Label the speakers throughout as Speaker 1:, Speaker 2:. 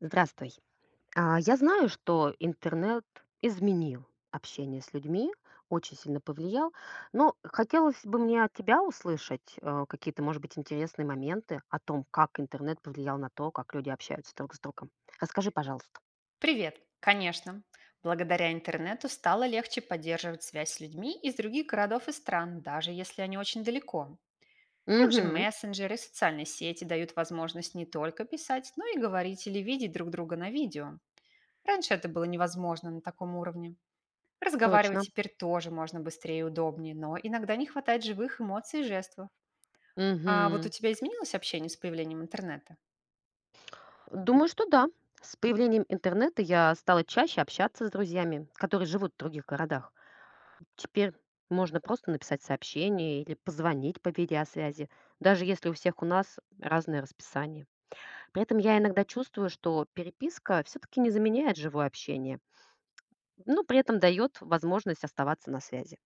Speaker 1: Здравствуй. А, я знаю, что интернет изменил общение с людьми, очень сильно повлиял, но хотелось бы мне от тебя услышать какие-то, может быть, интересные моменты о том, как интернет повлиял на то, как люди общаются друг с другом. Расскажи, пожалуйста.
Speaker 2: Привет! Конечно. Благодаря интернету стало легче поддерживать связь с людьми из других городов и стран, даже если они очень далеко. Также
Speaker 1: Угу,
Speaker 2: мессенджеры и социальные сети дают возможность не только писать, но и говорить или видеть друг друга на видео. Раньше это было невозможно на таком уровне. Разговаривать
Speaker 1: точно.
Speaker 2: теперь тоже можно быстрее и удобнее, но иногда не хватает живых эмоций и жестов. А вот у
Speaker 1: Угу.
Speaker 2: тебя изменилось общение с появлением интернета?
Speaker 1: Думаю, что да. С появлением интернета я стала чаще общаться с друзьями, которые живут в других городах. Теперь можно просто написать сообщение или позвонить по видеосвязи, даже если у всех у нас разное расписание. При этом я иногда чувствую, что переписка все-таки не заменяет живое общение, но при этом дает возможность оставаться на связи.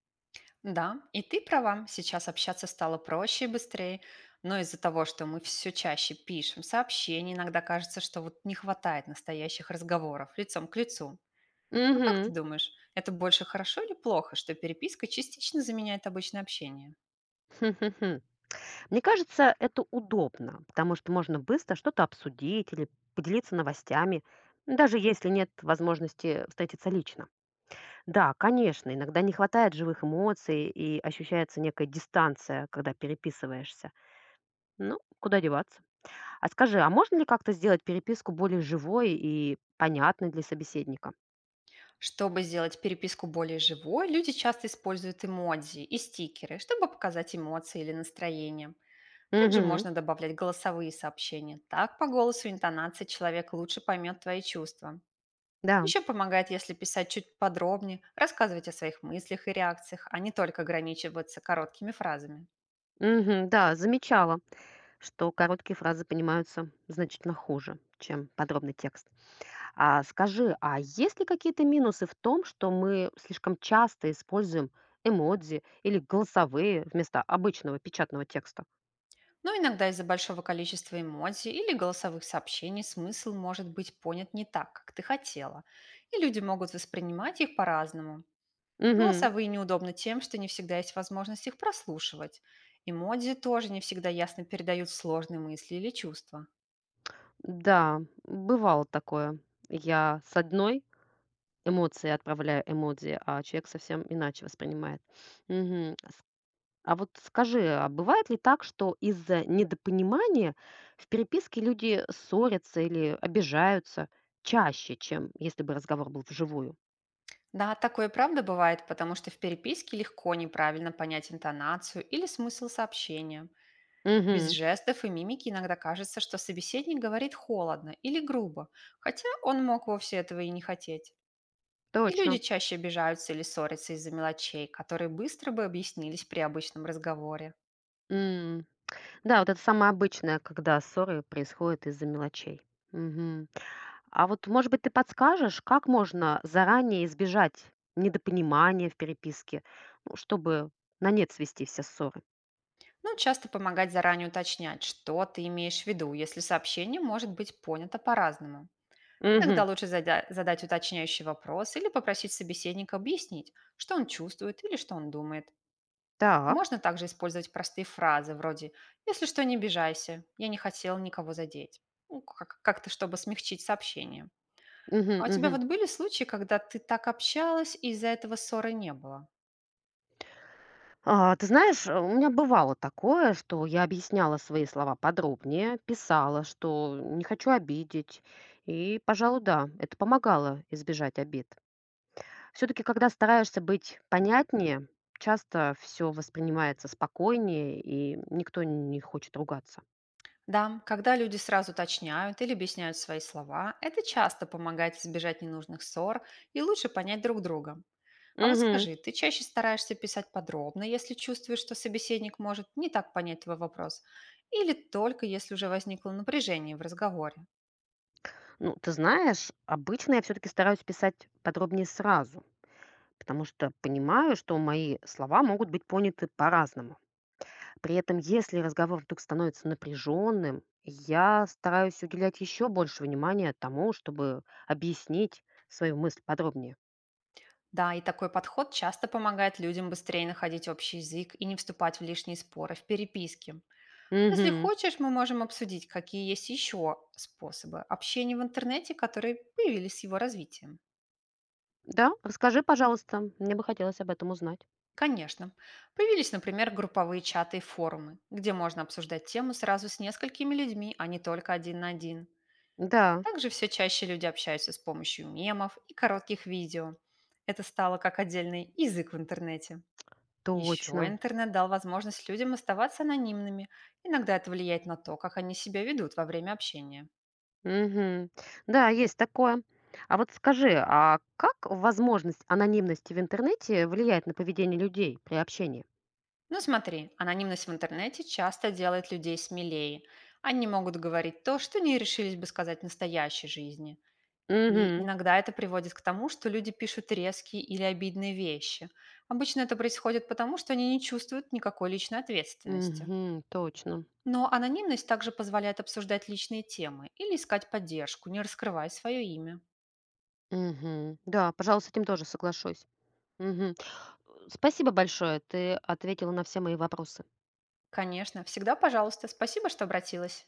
Speaker 2: Да, и ты права, сейчас общаться стало проще и быстрее, но из-за того, что мы все чаще пишем сообщения, иногда кажется, что вот не хватает настоящих разговоров лицом к лицу. Ну как ты
Speaker 1: Угу.
Speaker 2: думаешь, это больше хорошо или плохо, что переписка частично заменяет обычное общение?
Speaker 1: Хм-хм-хм. Мне кажется, это удобно, потому что можно быстро что-то обсудить или поделиться новостями, даже если нет возможности встретиться лично. Да, конечно, иногда не хватает живых эмоций и ощущается некая дистанция, когда переписываешься. Ну, куда деваться? А скажи, а можно ли как-то сделать переписку более живой и понятной для собеседника?
Speaker 2: Чтобы сделать переписку более живой, люди часто используют эмодзи и стикеры, чтобы показать эмоции или настроение. Также
Speaker 1: Угу,
Speaker 2: можно добавлять голосовые сообщения. Так по голосу и интонации человек лучше поймет твои чувства.
Speaker 1: да.
Speaker 2: Еще помогает, если писать чуть подробнее, рассказывать о своих мыслях и реакциях, а не только ограничиваться короткими фразами.
Speaker 1: Угу, да, замечала, что короткие фразы понимаются значительно хуже, чем подробный текст. А скажи, а есть ли какие-то минусы в том, что мы слишком часто используем эмодзи или голосовые вместо обычного печатного текста?
Speaker 2: Но иногда из-за большого количества эмоций или голосовых сообщений смысл может быть понят не так, как ты хотела, и люди могут воспринимать их по-разному.
Speaker 1: Угу.
Speaker 2: Голосовые неудобны тем, что не всегда есть возможность их прослушивать. Эмодзи тоже не всегда ясно передают сложные мысли или чувства.
Speaker 1: Да, бывало такое. Я с одной эмоцией отправляю эмодзи, а человек совсем иначе воспринимает. Мгм. А вот скажи, а бывает ли так, что из-за недопонимания в переписке люди ссорятся или обижаются чаще, чем если бы разговор был вживую?
Speaker 2: Да, такое и правда бывает, потому что в переписке легко неправильно понять интонацию или смысл сообщения. Без
Speaker 1: Угу,
Speaker 2: жестов и мимики иногда кажется, что собеседник говорит холодно или грубо, хотя он мог вовсе этого и не хотеть. И люди
Speaker 1: точно.
Speaker 2: чаще обижаются или ссорятся из-за мелочей, которые быстро бы объяснились при обычном разговоре.
Speaker 1: М. Да, вот это самое обычное, когда ссоры происходят из-за мелочей. Мгм. А вот, может быть, ты подскажешь, как можно заранее избежать недопонимания в переписке, ну, чтобы на нет свести все ссоры?
Speaker 2: Но часто помогать заранее уточнять, что ты имеешь в виду, если сообщение может быть понято по-разному. Иногда
Speaker 1: Мгм.
Speaker 2: лучше задать уточняющий вопрос или попросить собеседника объяснить, что он чувствует или что он думает.
Speaker 1: Так.
Speaker 2: Можно также использовать простые фразы вроде «Если что, не обижайся, я не хотел никого задеть». Ну, как-то, чтобы смягчить сообщение.
Speaker 1: Мгм,
Speaker 2: А у тебя
Speaker 1: мгм.
Speaker 2: вот были случаи, когда ты так общалась и из-за этого ссоры не было?
Speaker 1: А, ты знаешь, у меня бывало такое, что я объясняла свои слова подробнее, писала, что не хочу обидеть. И, пожалуй, да, это помогало избежать обид. Все-таки, когда стараешься быть понятнее, часто все воспринимается спокойнее, и никто не хочет ругаться.
Speaker 2: Да, когда люди сразу уточняют или объясняют свои слова, это часто помогает избежать ненужных ссор и лучше понять друг друга. А вот
Speaker 1: Мгм.
Speaker 2: скажи, ты чаще стараешься писать подробно, если чувствуешь, что собеседник может не так понять твой вопрос, или только если уже возникло напряжение в разговоре?
Speaker 1: Ну, ты знаешь, обычно я все-таки стараюсь писать подробнее сразу, потому что понимаю, что мои слова могут быть поняты по-разному. При этом, если разговор вдруг становится напряженным, я стараюсь уделять еще больше внимания тому, чтобы объяснить свою мысль подробнее.
Speaker 2: Да, и такой подход часто помогает людям быстрее находить общий язык и не вступать в лишние споры в переписке. Если
Speaker 1: Угу.
Speaker 2: хочешь, мы можем обсудить, какие есть еще способы общения в интернете, которые появились с его развитием.
Speaker 1: Да, расскажи, пожалуйста, мне бы хотелось об этом узнать.
Speaker 2: Конечно. Появились, например, групповые чаты и форумы, где можно обсуждать тему сразу с несколькими людьми, а не только один на один.
Speaker 1: Да,
Speaker 2: Также все чаще люди общаются с помощью мемов и коротких видео. Это стало как отдельный язык в интернете. Еще
Speaker 1: точно.
Speaker 2: интернет дал возможность людям оставаться анонимными. Иногда это влияет на то, как они себя ведут во время общения.
Speaker 1: Мгм. Да, есть такое. А вот скажи, а как возможность анонимности в интернете влияет на поведение людей при общении?
Speaker 2: Ну смотри, анонимность в интернете часто делает людей смелее. Они могут говорить то, что не решились бы сказать в настоящей жизни. И
Speaker 1: Мгм.
Speaker 2: иногда это приводит к тому, что люди пишут резкие или обидные вещи. Обычно это происходит потому, что они не чувствуют никакой личной ответственности.
Speaker 1: Мгм. Точно.
Speaker 2: Но анонимность также позволяет обсуждать личные темы или искать поддержку, не раскрывая свое имя.
Speaker 1: Мгм. Да, пожалуй, с этим тоже соглашусь. Мгм. Спасибо большое, ты ответила на все мои вопросы.
Speaker 2: Конечно, всегда пожалуйста. Спасибо, что обратилась.